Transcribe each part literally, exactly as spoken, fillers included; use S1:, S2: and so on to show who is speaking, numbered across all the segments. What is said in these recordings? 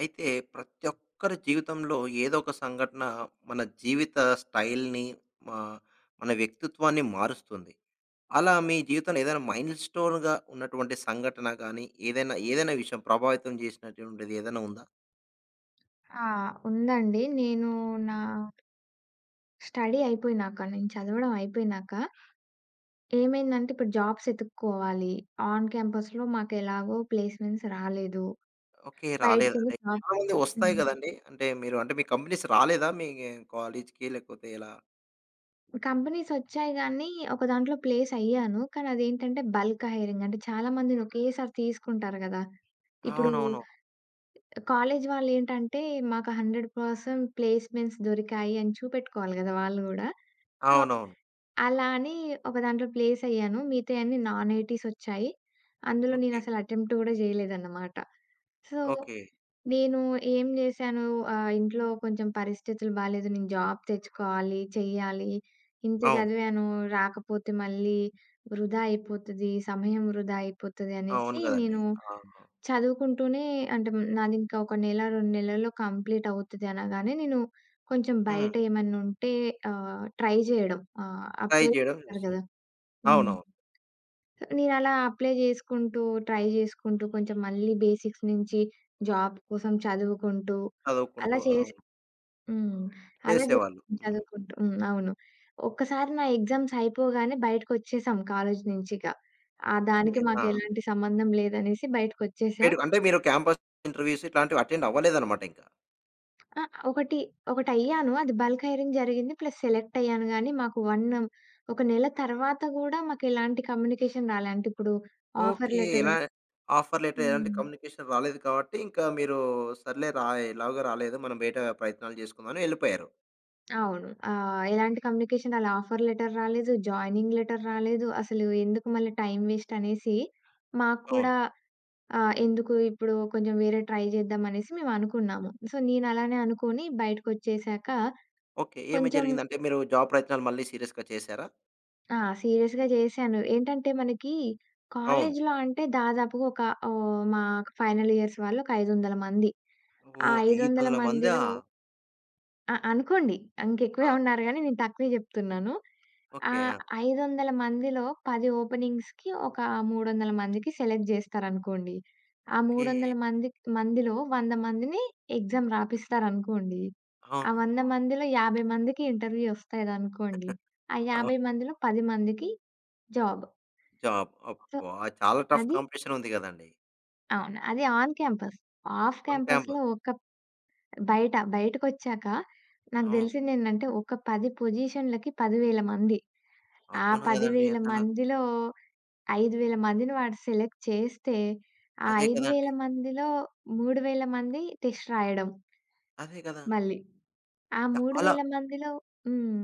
S1: అయితే ప్రతి ఒక్కరి జీవితంలో ఏదో ఒక సంఘటన మన జీవిత స్టైల్‌ని మా మన వ్యక్తిత్వాన్ని మారుస్తుంది. అలా మీ జీవితంలో ఏదైనా మైల్ స్టోన్‌గా ఉన్నటువంటి సంఘటన గాని, ఏదైనా ఏదైనా విషయం ప్రభావితం చేసినటువంటిది ఏదైనా ఉందా?
S2: ఆ! ఉందండి. నేను నా స్టడీ అయిపోయినాక, నేను చదవడం అయిపోయినాక ఏమైందంటే, ఇప్పుడు జాబ్స్ ఎతుక్కోవాలి. ఆన్ క్యాంపస్‌లో మాకెలాగో ప్లేస్‌మెంట్స్ రాలేదు.
S1: ఓకే. రాలేదా?
S2: బయటికెళ్ళి జాబ్
S1: చాలామంది వస్తాయి
S2: హ్మ్.
S1: కదండీ! అంటే మీరు అంటే మీ కంపెనీస్ రాలేదా మీ కాలేజ్‌కి లేకపోతే ఎలా?
S2: కంపెనీస్ వచ్చాయి గానీ, ఒక దాంట్లో ప్లేస్ అయ్యాను. కానీ అదేంటంటే బల్క్ హైరింగ్. అంటే చాలా మందిని ఒకేసారి తీసుకుంటారు గదా! ఇప్పుడు
S1: అవునవును.
S2: కాలేజ్ వాళ్ళేంటంటే, మాకు నూరు శాతం ప్లేస్‌మెంట్స్ దొరికాయి అని చూపెట్టుకోవాలి గదా! వాళ్ళు గూడా. సో,
S1: అవునవును.
S2: అలా అని ఒక దాంట్లో ప్లేస్ అయ్యాను. మిగతాయన్నీ నాన్ ఐటీస్ ఒచ్చాయి. అందులో
S1: ఓకే.
S2: నేనసలు అటెంప్ట్ గూడా జేయలేదన్నమాట. So,
S1: okay.
S2: నేను ఏం జేశాను ఆహ్, ఇంట్లో కొంచెం పరిస్థితులు బాలేదు. నేను జాబ్ తెచ్చుకోవాలి, చెయ్యాలి. ఇంత
S1: అవును.
S2: చదివాను రాకపోతే మళ్ళీ వృధా అయిపోతది. సమయం వృధా అయిపోతది
S1: అవును
S2: అనేసి
S1: కదండీ!
S2: నేను
S1: ఆ!
S2: చదువుకుంటూనే అంటే నాదింకా ఒక నెల, రెండు నెలల్లో కంప్లీట్ అవుతది అనగానే నేను కొంచెం
S1: హ్మ్.
S2: బయట ఏమన్నా ఉంటే ఆహ్, ట్రై జేయడం. ఆహ్,
S1: ట్రై
S2: అప్లై
S1: చేయడం
S2: చేస్తారు
S1: చేశారు.
S2: గదా! హ్మ్.
S1: అవునవును.
S2: నేనలా అప్లై జేసుకుంటూ, ట్రై జేసుకుంటూ కొంచెం మళ్ళీ బేసిక్స్ నుంచి జాబ్ కోసం చదువుకుంటూ
S1: చదువుకుంటూ.
S2: అలా చేసి
S1: అవును.
S2: హ్మ్. అలా జే
S1: చేసేవాళ్ళు. హ్మ్.
S2: చదువుకుంటూ హ్మ్. అవును. ఒక్కసారి నా ఎగ్జామ్స్ అయిపోగానే బయటకొచ్చేసాం కాలేజీ నుంచి ఇక. ఆ
S1: ఓకే.
S2: దానికి
S1: ఆ!
S2: మాకెలాంటి సంబంధం లేదనేసి బయటకొచ్చేసాం.
S1: మీరు అంటే మీరు క్యాంపస్ ఇంటర్‌వ్యూస్ ఇట్లాంటివి అటెండ్ అవ్వలేదన్నమాట ఇంకా.
S2: ఆ! ఒకటి ఒకటయ్యాను. అది బల్క్ హైరింగ్ జరిగింది. ప్లస్ సెలెక్ట్ అయ్యాను గానీ, మాకు ఒకటి ఒక నెల తర్వాత గూడా మాకెలాంటి కమ్యూనికేషన్ రాలే. అంటే ఇప్పుడు ఆఫర్
S1: ఓకే.
S2: లెటర్
S1: ఎలా ఆఫర్ లెటర్ ఎలాంటి
S2: హ్మ్.
S1: కమ్యూనికేషన్ రాలేదు కాబట్టి, ఇంకా మీరు సర్లే రా ఎలాగో రాలేదు మనం బయట ప్రయత్నాలు చేసుకుందాం అని ఎళ్ళిపోయారు.
S2: అవును. ఆహ్, ఎలాంటి కమ్యూనికేషన్ రాలే. ఆఫర్ లెటర్ రాలేదు. జాయినింగ్ లెటర్ రాలేదు. అసలు ఎందుకు మళ్ళీ టైం వేస్ట్ అనేసి మాకు
S1: అవును.
S2: కూడా ఆహ్, ఎందుకు ఇప్పుడు కొంచెం వేరే ట్రై చేద్దాం అనేసి మేము అనుకున్నాము. సో, నేను అలానే అనుకోని బయటకొచ్చేసాక
S1: ఓకే. ఏమి
S2: కొంచెం
S1: జరిగిందంటే మీరు జాబ్ ప్రయత్నాలు మళ్ళీ సీరియస్‌గా చేసారా?
S2: ఆ! సీరియస్‌గా జేశాను. ఏంటంటే మనకి
S1: అవును.
S2: కాలేజీలో అంటే దాదాపుగా ఒక ఆహ్, మా ఫైనల్ ఇయర్స్ వాళ్ళు ఒక ఐదు వందల మంది. ఆ
S1: ఓహ్!
S2: ఐదు వందల
S1: ఐదు వందల మందా?
S2: మందిలో అ అనుకోండి. ఇంకెక్కువే
S1: ఆ!
S2: ఉన్నారు గానీ నేను తక్కువే జెప్తున్నాను. ఆ
S1: ఓకే. ఆ!
S2: ఐదు వందల మందిలో పది ఓపెనింగ్స్‌కి ఒక మూడు వందల మందికి సెలెక్ట్ జేస్తారనుకోండి. ఆ
S1: ఓకే.
S2: 300 మంది మందిలో వంద మందిని ఎగ్జామ్ రాపిస్తారనుకోండి. ఆ
S1: అవును.
S2: వంద మందిలో యాభై మందికి ఇంటర్వ్యూ ఒస్తాదనుకోండి. ఆ
S1: అవును.
S2: యాభై మందిలో పది మందికి జాబ్.
S1: జాబ్
S2: సో,
S1: అబ్బా! చాలా టఫ్
S2: అది
S1: కాంపిటీషన్ ఉంది గదండీ.
S2: అవును. అది ఆన్ క్యాంపస్. ఆఫ్
S1: వన్
S2: క్యాంపస్‌లో
S1: క్యాంపస్
S2: ఒక బయట బయటకొచ్చాక నాకు
S1: అవును.
S2: తెలిసిందేంటంటే ఒక పది పొజిషన్‌లకి పది వేల మంది. ఆ
S1: అవును గదండీ
S2: పది వేల
S1: అసల.
S2: మందిలో ఐదు వేల మందిని వాడు సెలెక్ట్ చేస్తే, ఆ
S1: అదే
S2: ఐదు వేల
S1: కదండీ.
S2: మందిలో మూడు వేల మంది టెస్ట్ రాయడం
S1: అదే కదా!
S2: మళ్ళీ. ఆ
S1: చాలా
S2: మూడు వేల మందిలో హ్మ్.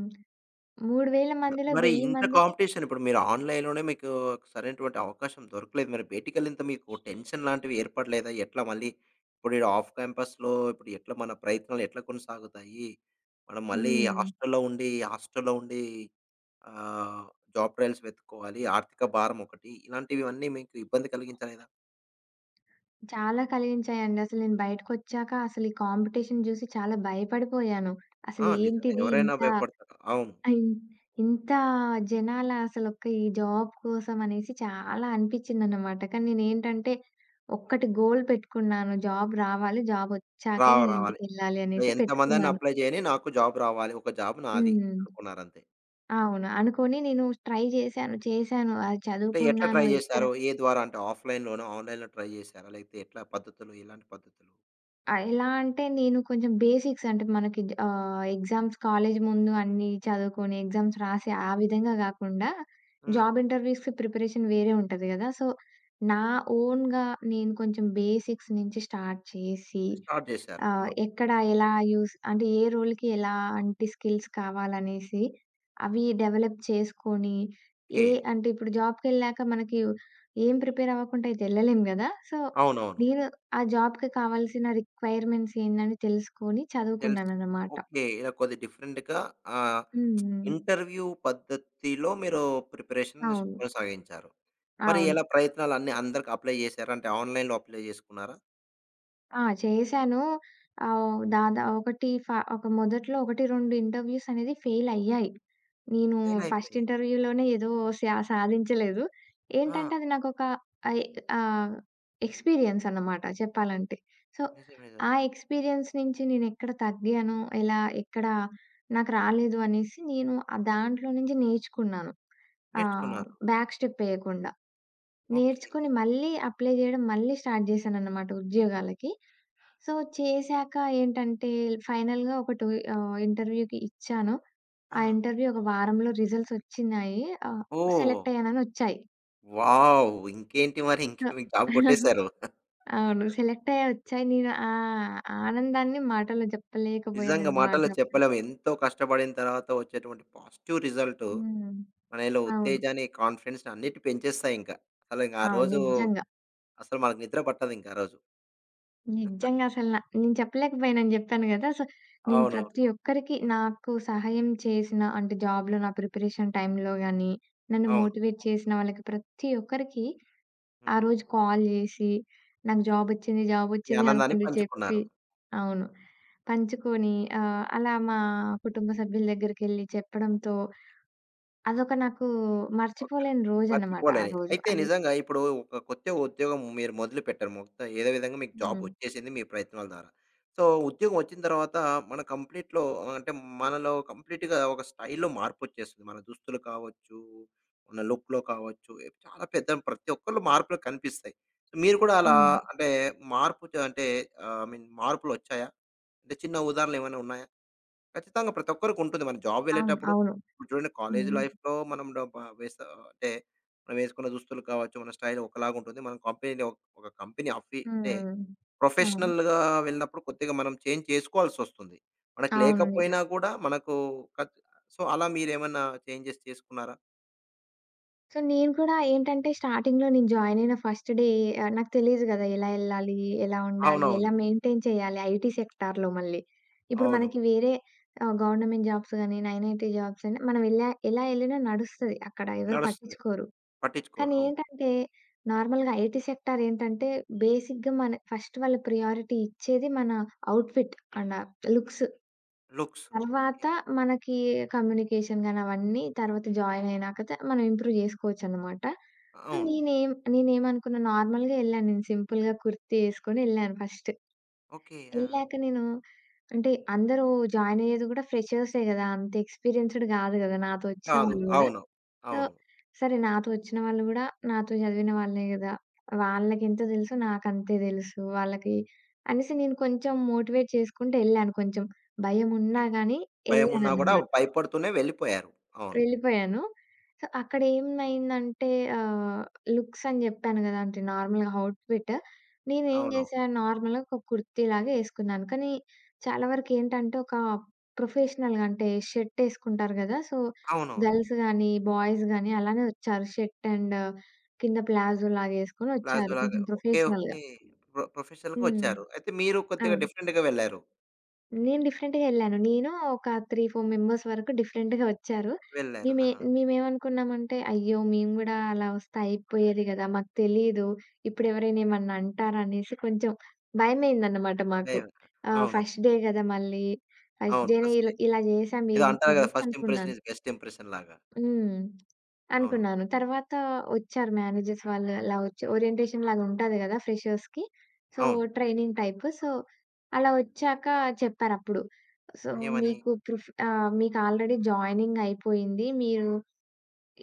S2: మూడు వేల మందిలో
S1: మరి
S2: వెయ్యి
S1: ఇంత
S2: మందిని
S1: కాంపిటీషన్ ఇప్పుడు మీరు ఆన్‌లైన్‌లోనే మీకు సరైనటువంటి అవకాశం దొరకలేదు. మరి బయటికెళ్ళినంత మీకు టెన్షన్ లాంటివి ఏర్పడలేదా? ఎట్లా మళ్ళీ ఇప్పుడు ఈడ ఆఫ్ క్యాంపస్‌లో ఇప్పుడు ఎట్లా మన ప్రయత్నాలు ఎట్లా కొనసాగుతాయి? మనం మళ్ళీ
S2: హ్మ్.
S1: హాస్టల్‌లో ఉండి హాస్టల్‌లో ఉండి ఆహ్, జాబ్ ట్రయల్స్ వెతుక్కోవాలి. ఆర్థిక భారం ఒకటి. ఇలాంటివివన్నీ మీకు ఇబ్బంది కలిగించలేదా?
S2: చాలా కలిగించాయండి. అసలు నేను బయటకొచ్చాక అసలు ఈ కాంపిటీషన్ జూసి చాలా భయపడిపోయాను.
S1: ఆ!
S2: అసలు
S1: నిజంగా
S2: ఏంటిది
S1: ఎవరైనా
S2: ఇంత
S1: భయపడతారు. అవును.
S2: ఇన్ ఇంత జనాల అసలొక్క ఈ జాబ్ కోసం అనేసి చాలా అనిపిచ్చిందనమాట. కానీ నేనేంటంటే ఒక్కటి గోల్ పెట్టుకున్నాను. జాబ్ రావాలి, జాబొచ్చాకే
S1: రావ
S2: నేను
S1: రావాలి.
S2: ఇంటికెళ్ళాలి అనేసి
S1: ఎంతమందైనా
S2: పెట్టుకున్నాను.
S1: అప్లై చేయని నాకు జాబ్ రావాలి. ఒక జాబ్ నాది
S2: హ్మ్.
S1: అనుకున్నారంతే.
S2: అవును. అనుకోని నేను ట్రై జేశాను, చేశాను. అది
S1: అంటే ఎట్లా ట్రై
S2: చదువుకున్నాను. ఇక్కడ
S1: జేశారు? ఏ ద్వారా అంటే ఆఫ్‌లైన్‌లోనా? ఆన్‌లైన్‌లో ట్రై జేశారా? లేకపోతే ఎట్లా పద్ధతులు? ఎలాంటి పద్ధతులు?
S2: ఆ! ఎలా అంటే నేను కొంచెం బేసిక్స్ అంటే మనకి జ ఆహ్, ఎగ్జామ్స్ కాలేజ్ ముందు అన్నీ చదువుకొని ఎగ్జామ్స్ రాసి ఆ విధంగా గాకుండా
S1: హ్మ్.
S2: జాబ్ ఇంటర్వ్యూస్‌కి ప్రిపరేషన్ వేరే ఉంటది గదా! సో, నా ఓన్‌గా నేను కొంచెం బేసిక్స్ నుంచి స్టార్ట్ చేసి
S1: స్టార్ట్ జేశారు.
S2: ఆ!
S1: ఆ!
S2: ఎక్కడ ఎలా యూజ్ అంటే ఏ రోల్‌కి ఎలాంటి స్కిల్స్ కావాలనేసి అవి డెవలప్ చేసుకొని,
S1: ఓకే.
S2: ఏ అంటే ఇప్పుడు జాబ్‌కెళ్ళాక మనకి ఏం ప్రిపేర్ అవ్వకుండా అయితే ఎళ్ళలేం గదా! సో,
S1: అవునవును.
S2: నేను ఆ జాబ్‌కి కావాల్సిన రిక్వైర్‌మెంట్స్ ఏందని తెలుసుకొని
S1: తెలుసు.
S2: చదువుకున్నాననమాట.
S1: ఓకే. ఇలా కొద్దిగా డిఫరెంట్‌గా ఆహ్,
S2: హ్మ్. హ్మ్.
S1: ఇంటర్వ్యూ పద్ధతిలో మీరు ప్రిపరేషన్ స్
S2: అవును.
S1: కొనసాగించారు. మరి ఎలా
S2: అవును.
S1: ప్రయత్నాలు అన్నీ అందరికి అప్లై జేశారా? అంటే ఆన్‌లైన్‌లో అప్లై జేసుకున్నారా?
S2: ఆ! చేశాను. ఆహ్, దాదా ఒకటి ఫ ఒక మొదట్లో ఒకటి, రెండు ఇంటర్వ్యూస్ అనేది ఫెయిల్ అయ్యాయి. నేను
S1: ఫెయిల్
S2: ఫస్ట్
S1: అయిపోయాయి.
S2: ఇంటర్వ్యూలోనే ఏదో సా సాధించలేదు.
S1: ఆ!
S2: ఏంటంటే అది నాకొక అయ్ ఆహ్, ఎక్స్‌పీరియన్స్ అన్నమాట చెప్పాలంటే. సో,
S1: నిజమే. నిజమే.
S2: ఆ ఎక్స్‌పీరియన్స్ నుంచి నేనెక్కడ తగ్గాను, ఎలా ఎక్కడ నాకు రాలేదు అనేసి నేను ఆ దాంట్లో నుంచి నేర్చుకున్నాను. ఆహ్,
S1: నేర్చుకున్నారు.
S2: బ్యాక్ స్టెప్ ఎయకుండా.
S1: ఓకే.
S2: నేర్చుకొని మళ్ళీ అప్లై జేయడం మళ్ళీ స్టార్ట్ జేశానన్నమాట ఉద్యోగాలకి. సో, చేశాక ఏంటంటే ఫైనల్‌గా ఒకటి ఆహ్, ఇంటర్వ్యూకి ఇచ్చాను.
S1: ఆ!
S2: ఆ ఇంటర్వ్యూ ఒక వారంలో రిజల్ట్స్ వచ్చినాయి. ఆహ్,
S1: ఓహ్!
S2: సెలెక్ట్ అయ్యానని వచ్చాయి.
S1: వావ్! ఇంకేంటి మరి ఇంకే
S2: సో
S1: మీకు జాబ్ కొట్టేశారు.
S2: అవును. సెలెక్ట్ అయ్యాయి వచ్చాయి. నేను ఆ ఆనందాన్ని మాటల్లో
S1: నిజంగా
S2: చెప్పలేకపోయానన్నమాట
S1: మాటల్లో
S2: అప్పుడు.
S1: చెప్పలేము. ఎంతో కష్టపడిన తర్వాత వచ్చేటువంటి పాజిటివ్ రిజల్ట్
S2: హ్మ్.
S1: మనలో
S2: అవును.
S1: ఉత్తేజాన్ని, కాన్ఫిడెన్స్‌ని అన్నిటిని పెంచేస్తాయింక. అసలు ఇంక ఆ
S2: అవును.
S1: రోజు
S2: నిజంగా.
S1: అసలు మనకు నిద్ర పట్టదింక ఆ రోజు.
S2: నిజంగా అసలు నా నేను చెప్పలేకపోయానని చెప్పాను కదా! సో, నేను
S1: అవునవును.
S2: ప్రతి ఒక్కరికి నాకు సహాయం చేసిన అంటే జాబ్‌లో నా ప్రిపరేషన్ టైమ్‌లో గాని, నన్ను
S1: అవును.
S2: మోటివేట్ చేసిన వాళ్ళకి ప్రతి ఒక్కరికి ఆ
S1: హ్మ్.
S2: రోజు కాల్ జేసి, నాకు జాబొచ్చింది,
S1: ఈ
S2: జాబొచ్చింది
S1: ఆనందాన్ని
S2: అనుకుంటూ చెప్పి
S1: పంచుకున్నారు.
S2: అవును. పంచుకొని ఆహ్, అలా మా కుటుంబ సభ్యుల దగ్గరికెళ్ళి చెప్పడంతో అదొక నాకు
S1: ఓకే.
S2: మర్చిపోలేని రోజన్నమాట ఆ
S1: మర్చిపోలేని.
S2: రోజు.
S1: అయితే
S2: అది
S1: నిజంగా ఇప్పుడు ఒక కొత్త ఉద్యోగం మీరు మొదలుపెట్టారు. మొత్తం ఏదో విధంగా మీకు జాబ్
S2: హ్మ్.
S1: వచ్చేసింది మీ ప్రయత్నాల ద్వారా. సో, ఉద్యోగం వచ్చిన తర్వాత మన కంప్లీట్‌లో అంటే మనలో కంప్లీట్‌గా ఒక స్టైల్‌లో మార్పొచ్చేస్తుంది. మన దుస్తులు కావచ్చు, మన లుక్‌లో కావచ్చు, ఏ- చాలా పెద్ద ప్రతి ఒక్కళ్ళు మార్పులు కనిపిస్తాయి. సో, మీరు కూడా అలా
S2: హ్మ్.
S1: అంటే మార్పు చ అంటే ఆహ్, ఐ మీన్ మార్పులొచ్చాయా? అంటే చిన్న ఉదాహరణలు ఏమైనా ఉన్నాయా? ఖచ్చితంగా ప్రతి ఒక్కరికి ఉంటుంది. మన జాబ్
S2: అవును.
S1: వెళ్ళేటప్పుడు
S2: అవును.
S1: ఇప్పుడు చూడండి కాలేజ్
S2: హ్మ్.
S1: లైఫ్‌లో మనం డ బ వేస అంటే మనం వేసుకున్న దుస్తులు కావచ్చు, మన స్టైల్ ఒకలాగా ఉంటుంది. మనం కంపెనీలో ఒక ఒక కంపెనీ అఫీ అంటే
S2: హ్మ్. అవును.
S1: ప్రొఫెషనల్‌గా వెళ్ళినప్పుడు కొద్దిగా మనం చేంజ్ చేసుకోవాల్సొస్తుంది. మనకు
S2: అవును. నిజం.
S1: లేకపోయినా కూడా మనకు ఖచ్ సో, అలా మీరేమన్నా చేంజెస్ చేసుకున్నారా?
S2: సో, నేను కూడా ఏంటంటే స్టార్టింగ్‌లో నేను జాయిన్ అయిన ఫస్ట్ డే ఆహ్, నాకు తెలీదు గదా! ఎలా ఎళ్ళాలి? ఎలా ఉండాలి?
S1: అవునవును.
S2: ఎలా మెయింటైన్ చేయాలి? ఐటీ సెక్టార్‌లో మళ్ళీ. ఇప్పుడు
S1: అవును.
S2: మనకి వేరే ఆహ్, గవర్నమెంట్ జాబ్స్ గాని, 9ఐటీ జాబ్స్ అని మనం ఎలా ఎలా ఎళ్ళినా నడుస్తది. అక్కడ ఎవరు
S1: నడుస్తుంది.
S2: పట్టించుకోరు.
S1: పట్టించుకోరు.
S2: కానీ
S1: అవును.
S2: ఏంటంటే నార్మల్‌గా ఐటీ సెక్టార్ ఏంటంటే బేసిక్‌గా మన ఫస్ట్ వాళ్ళు ప్రియారిటీ ఇచ్చేది మన outfit and looks.
S1: Looks. Okay.
S2: తర్వాత మనకి కమ్యూనికేషన్ గాని అవన్నీ తర్వాత జాయిన్ అయినాక త మనం ఇంప్రూవ్ జేసుకోవచ్చనమాట. సో,
S1: అవును.
S2: నేనేం నేనేమనుకున్నా నార్మల్‌గా ఎళ్ళాను. నేను సింపుల్‌గా కుర్తీ యేసుకొని ఎళ్ళాను ఫస్ట్.
S1: ఓకే. ఆ!
S2: ఎళ్ళాక నేను అంటే అందరూ జాయిన్ అయ్యేది గూడా ఫ్రెషర్సే గదా! అంత ఎక్స్‌పీరియన్స్‌డ్ గాదు గదా! నాతో వచ్చిన
S1: కాదు.
S2: వాళ్ళు గూడా.
S1: అవును.
S2: సో,
S1: అవును.
S2: సరే నాతో వచ్చిన వాళ్ళు గూడా నాతో చదివిన వాళ్ళే గదా! వాళ్ళకెంత తెలుసో నాకంతే తెలుసు వాళ్ళకి అనేసి నేను కొంచెం మోటివేట్ చేసుకుంటూ ఎళ్ళాను. కొంచెం భయమున్నా గానీ హ్మ్.
S1: భయమున్నా కూడా
S2: ఎళ్ళాననమాట.
S1: భయపడుతూనే వెళ్ళిపోయారు. అవును.
S2: వెళ్ళిపోయాను. సో, అక్కడ ఏమైందంటే ఆహ్, లుక్స్ అని జెప్పాను గదా! అంటే నార్మల్‌గా ఔట్‌ఫిట్. నేనేం
S1: అవునవును.
S2: జేశాను నార్మల్‌గా ఒక కుర్తీలాగా యేసుకున్నాను. కానీ చాలా వరకేంటంటే ఒక ప్రొఫెషనల్‌గా అంటే షర్ట్ యేసుకుంటారు గదా! సో,
S1: అవునవును.
S2: గర్ల్స్ గానీ, బాయ్స్ గానీ అలానే వచ్చారు. షర్ట్ అండ్ కింద ప్లాజో లాగా యేసుకొని వచ్చారు.
S1: ప్లాజోలాగా
S2: కొంచెం
S1: ఓకే.
S2: ప్రొఫెషనల్‌గా.
S1: ఓకే. ప్రొ ప్రొఫెషనల్‌గా
S2: హ్మ్.
S1: వచ్చారు. అయితే మీరు కొద్దిగా
S2: అవును.
S1: డిఫరెంట్‌గా వెళ్లారు.
S2: నేను డిఫరెంట్‌గా ఎళ్ళాను. నేను ఒక మూడు, నాలుగు మెంబర్స్ వరకు డిఫరెంట్‌గా వచ్చారు.
S1: వెళ్లారు.
S2: మేమే
S1: ఆ!
S2: మేమేమనుకున్నామంటే, అయ్యో! మేము గూడా అలా వస్తే అయిపోయేది గదా! మాకు తెలీదు. ఇప్పుడు ఎవరైనా ఏమన్నా అంటారా అనేసి కొంచెం భయమయిందన్నమాట మాకు.
S1: దైవం
S2: ఆహ్,
S1: అవును.
S2: ఫస్ట్ డే గదా! మళ్ళీ ఫస్ట్
S1: అవును.
S2: డేనే
S1: ఫస్టే.
S2: ఇలా ఇలా జేసాం
S1: ఏదో
S2: ఏంటి
S1: అంటారు కదా!
S2: అనేసి
S1: ఫస్ట్ ఇంప్రెషన్
S2: అనుకున్నాను.
S1: ఈస్ బెస్ట్ ఇంప్రెషన్ లాగా.
S2: హ్మ్.
S1: అవును.
S2: అనుకున్నాను. తర్వాత వచ్చారు మేనేజర్స్ వాళ్ళు అలా వచ్చి ఓరియంటేషన్ లాగా ఉంటది గదా! ఫ్రెషర్స్‌కి. సో,
S1: అవును.
S2: Training type. సో, అలా వచ్చాక చెప్పారప్పుడు. సో, హ్మ్.
S1: ఏమని?
S2: మీకు ప్రిఫ్ ఆహ్, మీకు ఆల్రెడీ జాయినింగ్ అయిపోయింది. మీరు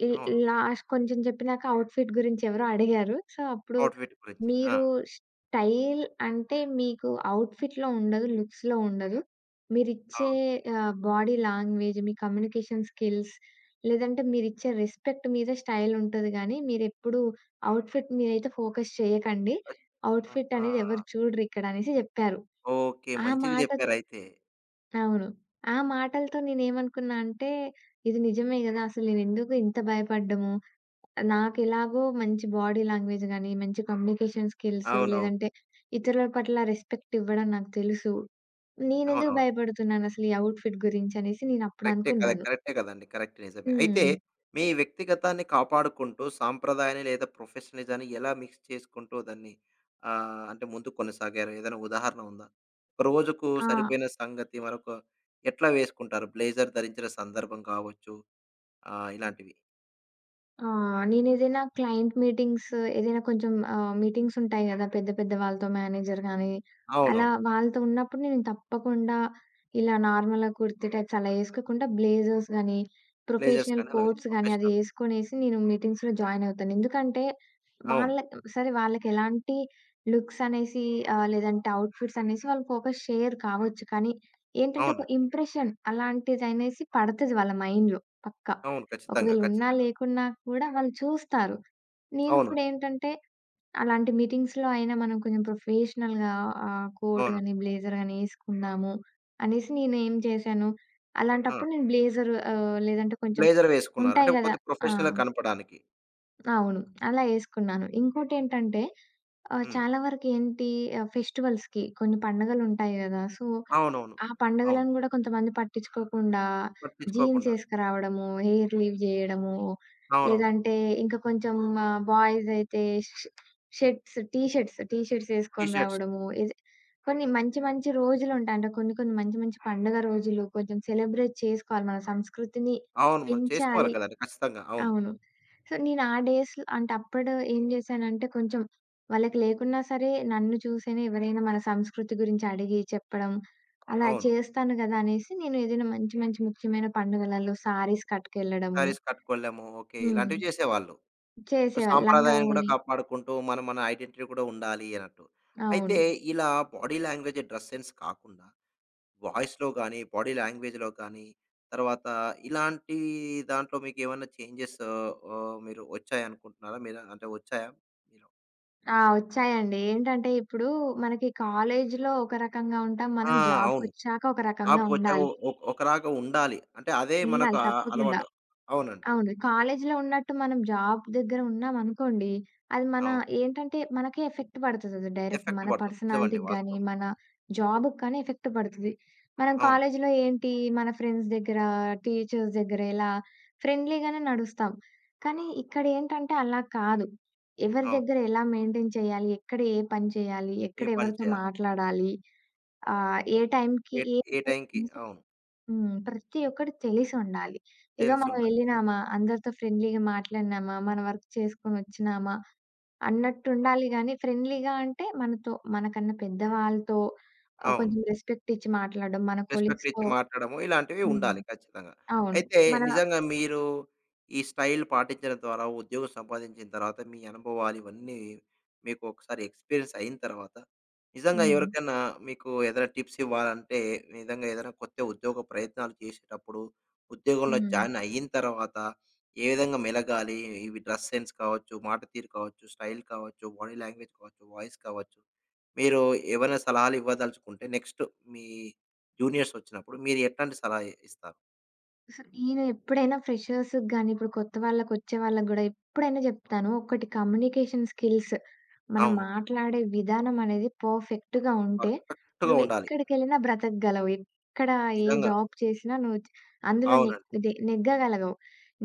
S2: ఈ
S1: అవును.
S2: లాస్ట్ కొంచెం చెప్పినాక అవుట్‌ఫిట్ గురించి ఎవరో అడిగారు. సో, అప్పుడు
S1: అవుట్‌ఫిట్ గురించి. ఆ!
S2: మీరు స్టైల్ అంటే మీకు అవుట్‌ఫిట్‌లో ఉండదు, లుక్స్‌లో ఉండదు. మీరిచ్చే
S1: అవును.
S2: ఆహ్, బాడీ లాంగ్వేజ్, మీ కమ్యూనికేషన్ స్కిల్స్ లేదంటే మీరిచ్చే రెస్పెక్ట్ మీద స్టైల్ ఉంటది గానీ, మీరెప్పుడు అవుట్‌ఫిట్ మీరైతే ఫోకస్ చేయకండి.
S1: ఫస్ట్
S2: అవుట్‌ఫిట్
S1: ఆహా!
S2: అనేది ఎవరు చూడరిక్కడ అనేసి జెప్పారు.
S1: ఓకే.
S2: ఆ
S1: మంచిగా
S2: మాటతో
S1: చెప్పారయితే.
S2: అవును. ఆ మాటలతో నేనేమనుకున్నా అంటే, ఇది నిజమే గదా! అసలు నేనెందుకు ఇంత భయపడ్డము? నాకెలాగో మంచి బాడీ లాంగ్వేజ్ గాని, మంచి కమ్యూనికేషన్ స్కిల్స్
S1: అవునవును.
S2: లేదంటే ఇతరుల పట్ల రెస్పెక్ట్ ఇవ్వడం నాకు తెలుసు. నేనెందుకు
S1: అవునవును.
S2: భయపడుతున్నానసలు ఈ ఔట్‌ఫిట్ గురించనేసి నేనప్పుడు
S1: కరెక్టే కదా!
S2: అనుకున్నాను.
S1: కరెక్టే కదండీ. కరెక్ట్ నిజమే. అయితే
S2: హ్మ్.
S1: మీ వ్యక్తిగతాన్ని కాపాడుకుంటూ సాంప్రదాయాన్ని లేదా ప్రొఫెషనలిజాన్ని ఎలా మిక్స్ చేసుకుంటూ దాన్ని ఆహ్, అంటే ముందుకు కొనసాగారు? ఏదైనా ఉదాహరణ ఉందా? ఒక రోజుకు
S2: ఆ!
S1: సరిపోయిన సంగతి మరొక ఎట్లా వేసుకుంటారు? బ్లేజర్ ధరించిన సందర్భం కావచ్చు ఆహ్, ఇలాంటివి.
S2: ఆ! నేనేదైనా క్లయింట్ మీటింగ్స్ ఏదైనా కొంచెం ఆహ్, మీటింగ్స్ ఉంటాయి గదా! పెద్ద పెద్ద వాళ్ళతో మేనేజర్ గాని, అలా
S1: అవునవును.
S2: వాళ్ళతో ఉన్నప్పుడు నేను తప్పకుండా ఇలా నార్మల్‌గా కుర్తి టైప్స్ అలా ఏసుకోకుండా బ్లేజర్స్ గాని,
S1: బ్లేజర్స్
S2: ప్రొఫెషనల్
S1: కానీ అలా
S2: కోట్స్ గాని అది
S1: ప్రొఫెషనల్.
S2: ఏసుకొనేసి నేను మీటింగ్స్‌లో జాయిన్ అవుతాను. ఎందుకంటే
S1: అవును.
S2: వాళ్ళ సరే వాళ్ళకెలాంటి లుక్స్ అనేసి ఆహ్, లేదంటే అవుట్‌ఫిట్స్ అనేసి వాళ్ళు ఫోకస్ చేయరు కావచ్చు. కానీ ఏంటంటే ఒక
S1: అవునండి.
S2: ఇంప్రెషన్ అలాంటిదనేసి పడతది వాళ్ళ మైండ్‌లో పక్కా.
S1: అవును. ఖచ్చితంగా.
S2: ఒకవేళ ఉన్నా,
S1: ఖచ్చితంగా.
S2: లేకున్నా కూడా వాళ్ళు చూస్తారు. నేను కూడా
S1: అవునండి.
S2: ఏంటంటే, అలాంటి మీటింగ్స్‌లో అయినా మనం కొంచెం ప్రొఫెషనల్‌గా ఆహ్, కోట్
S1: అవును.
S2: గాని, బ్లేజర్ గాని ఏసుకుందాము అనేసి నేనేం చేశాను,
S1: ఆ!
S2: అలాంటప్పుడు నేను బ్లేజరు ఆహ్, లేదంటే కొంచెం
S1: బ్లేజర్ వేసుకున్నారు.
S2: ఉంటాయి
S1: అంటే
S2: గదా!
S1: కొంచెం
S2: ఆ!
S1: ప్రొఫెషనల్‌గా కనపడడానికి.
S2: అవును. అలా ఏసుకున్నాను. ఇంకోటేంటంటే, ఆహ్,
S1: హ్మ్.
S2: చాలా వరకు ఏంటి ఆహ్, ఫెస్టివల్స్‌కి కొన్ని పండగలుంటాయి గదా! సో
S1: అవునవును.
S2: ఆ
S1: అవును.
S2: పండుగలను గూడా కొంతమంది పట్టించుకోకుండా జీన్స్
S1: పట్టించుకోకుండా.
S2: ఏసుకురావడము, హెయిర్ లీవ్ జేయడము,
S1: అవునవును.
S2: లేదంటే ఇంకా కొంచెం ఆహ్, బాయ్స్ అయితే ష్ shirts, T shirts, T shirts
S1: T
S2: ఏసుకొని
S1: షర్ట్స్.
S2: రావడము. ఇది కొన్ని మంచి మంచి రోజులుంటాయి. అంటే కొన్ని కొన్ని మంచి మంచి పండుగ రోజులు కొంచెం సెలబ్రేట్ చేసుకోవాలి. మన సంస్కృతిని
S1: అవును. మనం చేసుకోవాలి
S2: పెంచాలి.
S1: కదండీ! ఖచ్చితంగా. అవును.
S2: అవును. సో, నేను ఆ డేస్‌లో అంటే అప్పుడు ఏం జేశానంటే కొంచెం వాళ్ళకి లేకున్నా సరే నన్ను చూసైనా ఎవరైనా మన సంస్కృతి గురించి అడిగి చెప్పడం, అలా
S1: అవును.
S2: చేస్తాను గదా! అనేసి నేను ఏదైనా మంచి మంచి ముఖ్యమైన పండుగలలో శారీస్ కట్టుకెళ్ళడము
S1: శారీస్ కట్టుకోలేము. ఓకే.
S2: హ్మ్.
S1: ఇలాంటివి చేసేవాళ్ళు. సో
S2: చేసేవాళ్ళు. లంగా
S1: సాంప్రదాయాన్ని కూడా
S2: ఓణి.
S1: కాపాడుకుంటూ మనం మన ఐడెంటిటీ కూడా ఉండాలి అన్నట్టు.
S2: అవును.
S1: అయితే ఇలా బాడీ లాంగ్వేజ్, డ్రెస్ సెన్స్ కాకుండా వాయిస్‌లో గాని, బాడీ లాంగ్వేజ్‌లో గాని, తర్వాత ఇలాంటి దాంట్లో మీకేమన్నా చేంజెస్ ఆహ్, మీరు వచ్చాయనుకుంటున్నారా? మీరు అంటే వచ్చాయా? మీలో?
S2: ఆ! వచ్చాయండి. ఏంటంటే ఇప్పుడు మనకి కాలేజీలో ఒక రకంగా ఉంటాం.
S1: ఆ!
S2: మనం
S1: అవును.
S2: జాబ్‌కొచ్చాక ఒక రకంగా
S1: జాబ్‌కొచ్చాక
S2: ఉండాలి.
S1: ఒ ఒకలాగా ఉండాలి. అంటే అదే మనకు
S2: ఉండాలి
S1: ఆ
S2: తప్పకుండా.
S1: అలవాటు. అవునండి.
S2: అవును. కాలేజీలో ఉన్నట్టు మనం జాబ్ దగ్గర ఉన్నామనుకోండి, అది మన
S1: అవును.
S2: ఏంటంటే మనకే ఎఫెక్ట్ పడతదది డైరెక్ట్.
S1: ఎఫెక్ట్
S2: మన
S1: పడుతుంది. నిజమండి.
S2: పర్సనాలిటీకి గానీ,
S1: వాస్తవం.
S2: మన జాబ్‌కి కానీ ఎఫెక్ట్ పడతది. మనం
S1: అవును.
S2: కాలేజీలో ఏంటి మన ఫ్రెండ్స్ దగ్గర, టీచర్స్ దగ్గర ఇలా ఫ్రెండ్లీగానే నడుస్తాం. కానీ ఇక్కడేంటంటే అలా కాదు. ఎవరి
S1: అవును.
S2: దగ్గర ఎలా మెయింటైన్ చేయాలి? ఎక్కడ ఏ పని చేయాలి?
S1: ఏ
S2: ఎక్కడ
S1: పని
S2: ఎవరితో
S1: చేయాలి?
S2: మాట్లాడాలి? ఆహ్, ఏ టైంకి
S1: ఏ
S2: ఏం
S1: ఏ టైంకి అవును.
S2: హ్మ్. ప్రతి ఒక్కటి తెలిసుండాలి. ఏదో మనం
S1: తెలిసుండాలి.
S2: ఎళ్ళినామా, అందరితో ఫ్రెండ్లీగా మాట్లాడినామా, మన వర్క్ చేసుకొనొచ్చినామా అన్నట్టుండాలి గానీ, ఫ్రెండ్లీగా అంటే మనతో మనకన్నా పెద్దవాళ్ళతో ఆహ్,
S1: అవును.
S2: కొంచెం రెస్పెక్ట్ ఇచ్చి మాట్లాడడం, మన
S1: రెస్పెక్ట్
S2: కొలీగ్స్‌తో
S1: ఇచ్చి మాట్లాడము ఇలాంటివి
S2: హ్మ్.
S1: ఉండాలి ఖచ్చితంగా.
S2: అవును.
S1: అయితే
S2: మన
S1: నిజంగా మీరు ఈ స్టైల్ పాటించడం ద్వారా ఉద్యోగం సంపాదించిన తర్వాత మీ అనుభవాలు ఇవన్నీ మీకు ఒకసారి ఎక్స్పీరియన్స్ అయిన తర్వాత నిజంగా
S2: హ్మ్.
S1: ఎవరికైనా మీకు ఏదైనా టిప్స్ ఇవ్వాలంటే నిజంగా ఏదైనా కొత్త ఉద్యోగ ప్రయత్నాలు చేసేటప్పుడు ఉద్యోగంలో
S2: హ్మ్.
S1: జాయిన్ అయిన తర్వాత ఏ విధంగా మెలగాలి ఇవి డ్రెస్ సెన్స్ కావచ్చు, మాట తీరు కావచ్చు, స్టైల్ కావచ్చు, బాడీ లాంగ్వేజ్ కావచ్చు, వాయిస్ కావచ్చు. మీరు ఏవైనా సలహాలు ఇవ్వదలుచుకుంటే నెక్స్ట్ మీ జూనియర్స్ వచ్చినప్పుడు మీరు ఎట్లాంటి సలహా ఇ ఇస్తారు?
S2: అసలు నేను ఎప్పుడైనా ఫ్రెషర్స్‌కి గాని, ఇప్పుడు కొత్త వాళ్ళకొచ్చే వాళ్ళకి గూడా ఎప్పుడైనా జెప్తాను. ఒకటి కమ్యూనికేషన్ స్కిల్స్. మనం
S1: అవును.
S2: మాట్లాడే విధానం అనేది పర్ఫెక్ట్‌గా ఉంటే,
S1: పర్ఫెక్ట్‌గా ఉండాలి.
S2: నువ్వెక్కడికెళ్ళినా బ్రతకగలవు. ఎక్కడ ఏ
S1: నిజంగా.
S2: జాబ్ చేసినా నువ్వు చ్ అందులో
S1: అవునండి.
S2: నెగ్ దె నెగ్గగలగవు.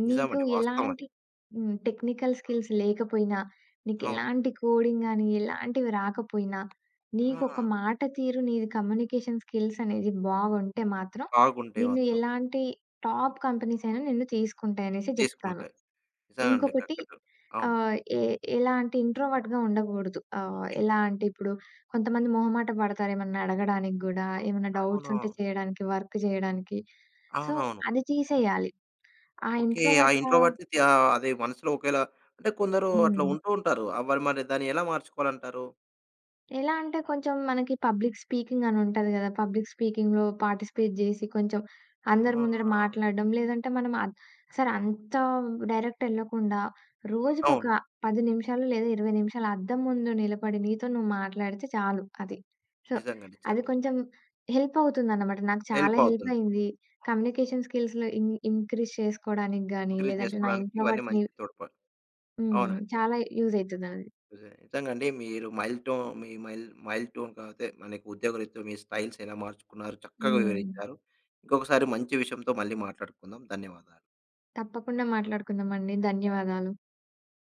S2: నీకు
S1: నిజమండి. వాస్తవం అది.
S2: ఎలాంటి హ్మ్. టెక్నికల్ స్కిల్స్ లేకపోయినా,
S1: అవును.
S2: నీకెలాంటి కోడింగ్ గాని, ఎలాంటివి రాకపోయినా,
S1: ఆ!
S2: నీకొక మాట తీరు, నీది కమ్యూనికేషన్ స్కిల్స్ అనేది బాగుంటే మాత్రం,
S1: బాగుంటే
S2: నిన్ను
S1: మాత్రం
S2: ఎలాంటి టాప్ కంపెనీస్ అయినా నిన్ను తీసుకుంటాయి అనేసి జెప్తాను.
S1: తీసుకుంటాయి. నిజమండి.
S2: ఇంకొకటి
S1: కరెక్ట్. అవును.
S2: ఆహ్, ఎ ఎలా అంటే ఇంట్రోవర్ట్‌గా ఉండకూడదు. ఆహ్,
S1: ఇన్
S2: ఎలా అంటే ఇప్పుడు కొంతమంది మొహమాట పడతారు ఏమన్నా అడగడానికి గూడా, ఏమన్నా డౌట్స్
S1: అవునవును.
S2: ఉంటే చేయడానికి, వర్క్ జేయడానికి. సో,
S1: అవునవును.
S2: అది తీసేయాలి. ఆ
S1: ఓకే. ఆ
S2: ఇంట్రోవర్ట్ ఆ!
S1: ఇంట్రోవర్ట్‌ని త్య అదే మనసులో ఒకేలా అంటే కొందరు అట్లా
S2: హ్మ్.
S1: ఉంటూ ఉంటారు. అవ్వరు మరి దాన్ని ఎలా మార్చుకోవాలంటారు?
S2: ఎలా అంటే కొంచెం మనకి పబ్లిక్ స్పీకింగ్ అని ఉంటది గదా! పబ్లిక్ స్పీకింగ్‌లో పార్టిసిపేట్ జేసి కొంచెం అందరి
S1: ఆ!
S2: ముందట మాట్లాడడం. లేదంటే మనం అద్ సరే అంత డైరెక్ట్ ఎళ్ళకుండా రోజుకొక
S1: అవును.
S2: పది నిమిషాలు లేదా ఇరవై నిమిషాలు అద్దం ముందు నిలబడి నీతో నువ్వు మాట్లాడితే చాలు అది. సో,
S1: నిజంగా నిజంగా.
S2: అది కొంచెం హెల్ప్ అవుతుందన్నమాట. నాకు
S1: హెల్ప్
S2: చాలా హెల్ప్
S1: అవుతుంది.
S2: అయింది. కమ్యూనికేషన్ స్కిల్స్‌లో ఇన్ ఇంక్రీజ్ చేసుకోవడానికి గానీ,
S1: ఎంకరేజ్
S2: లేదంటే నా
S1: చేసుకోవడానికి ఇవన్నీ
S2: ఇంట్రోవర్ట్‌ని
S1: మంచి తోడ్పాటు.
S2: హ్మ్.
S1: అవునండి.
S2: చాలా యూజ్ అయితదది.
S1: నిజమే. నిజంగా అండి. మీరు మైల్ టోన్ మీ మైల్ మైల్ టోన్ కాకపోతే మనకు ఉద్యోగరీత్యా మీ స్టైల్స్ ఎలా మార్చుకున్నారు చక్కగా
S2: హ్మ్.
S1: వివరించారు. ఇంకొకసారి మంచి విషయంతో మళ్ళీ మాట్లాడుకుందాం. ధన్యవాదాలు.
S2: తప్పకుండా మాట్లాడుకుందామండి. ధన్యవాదాలు.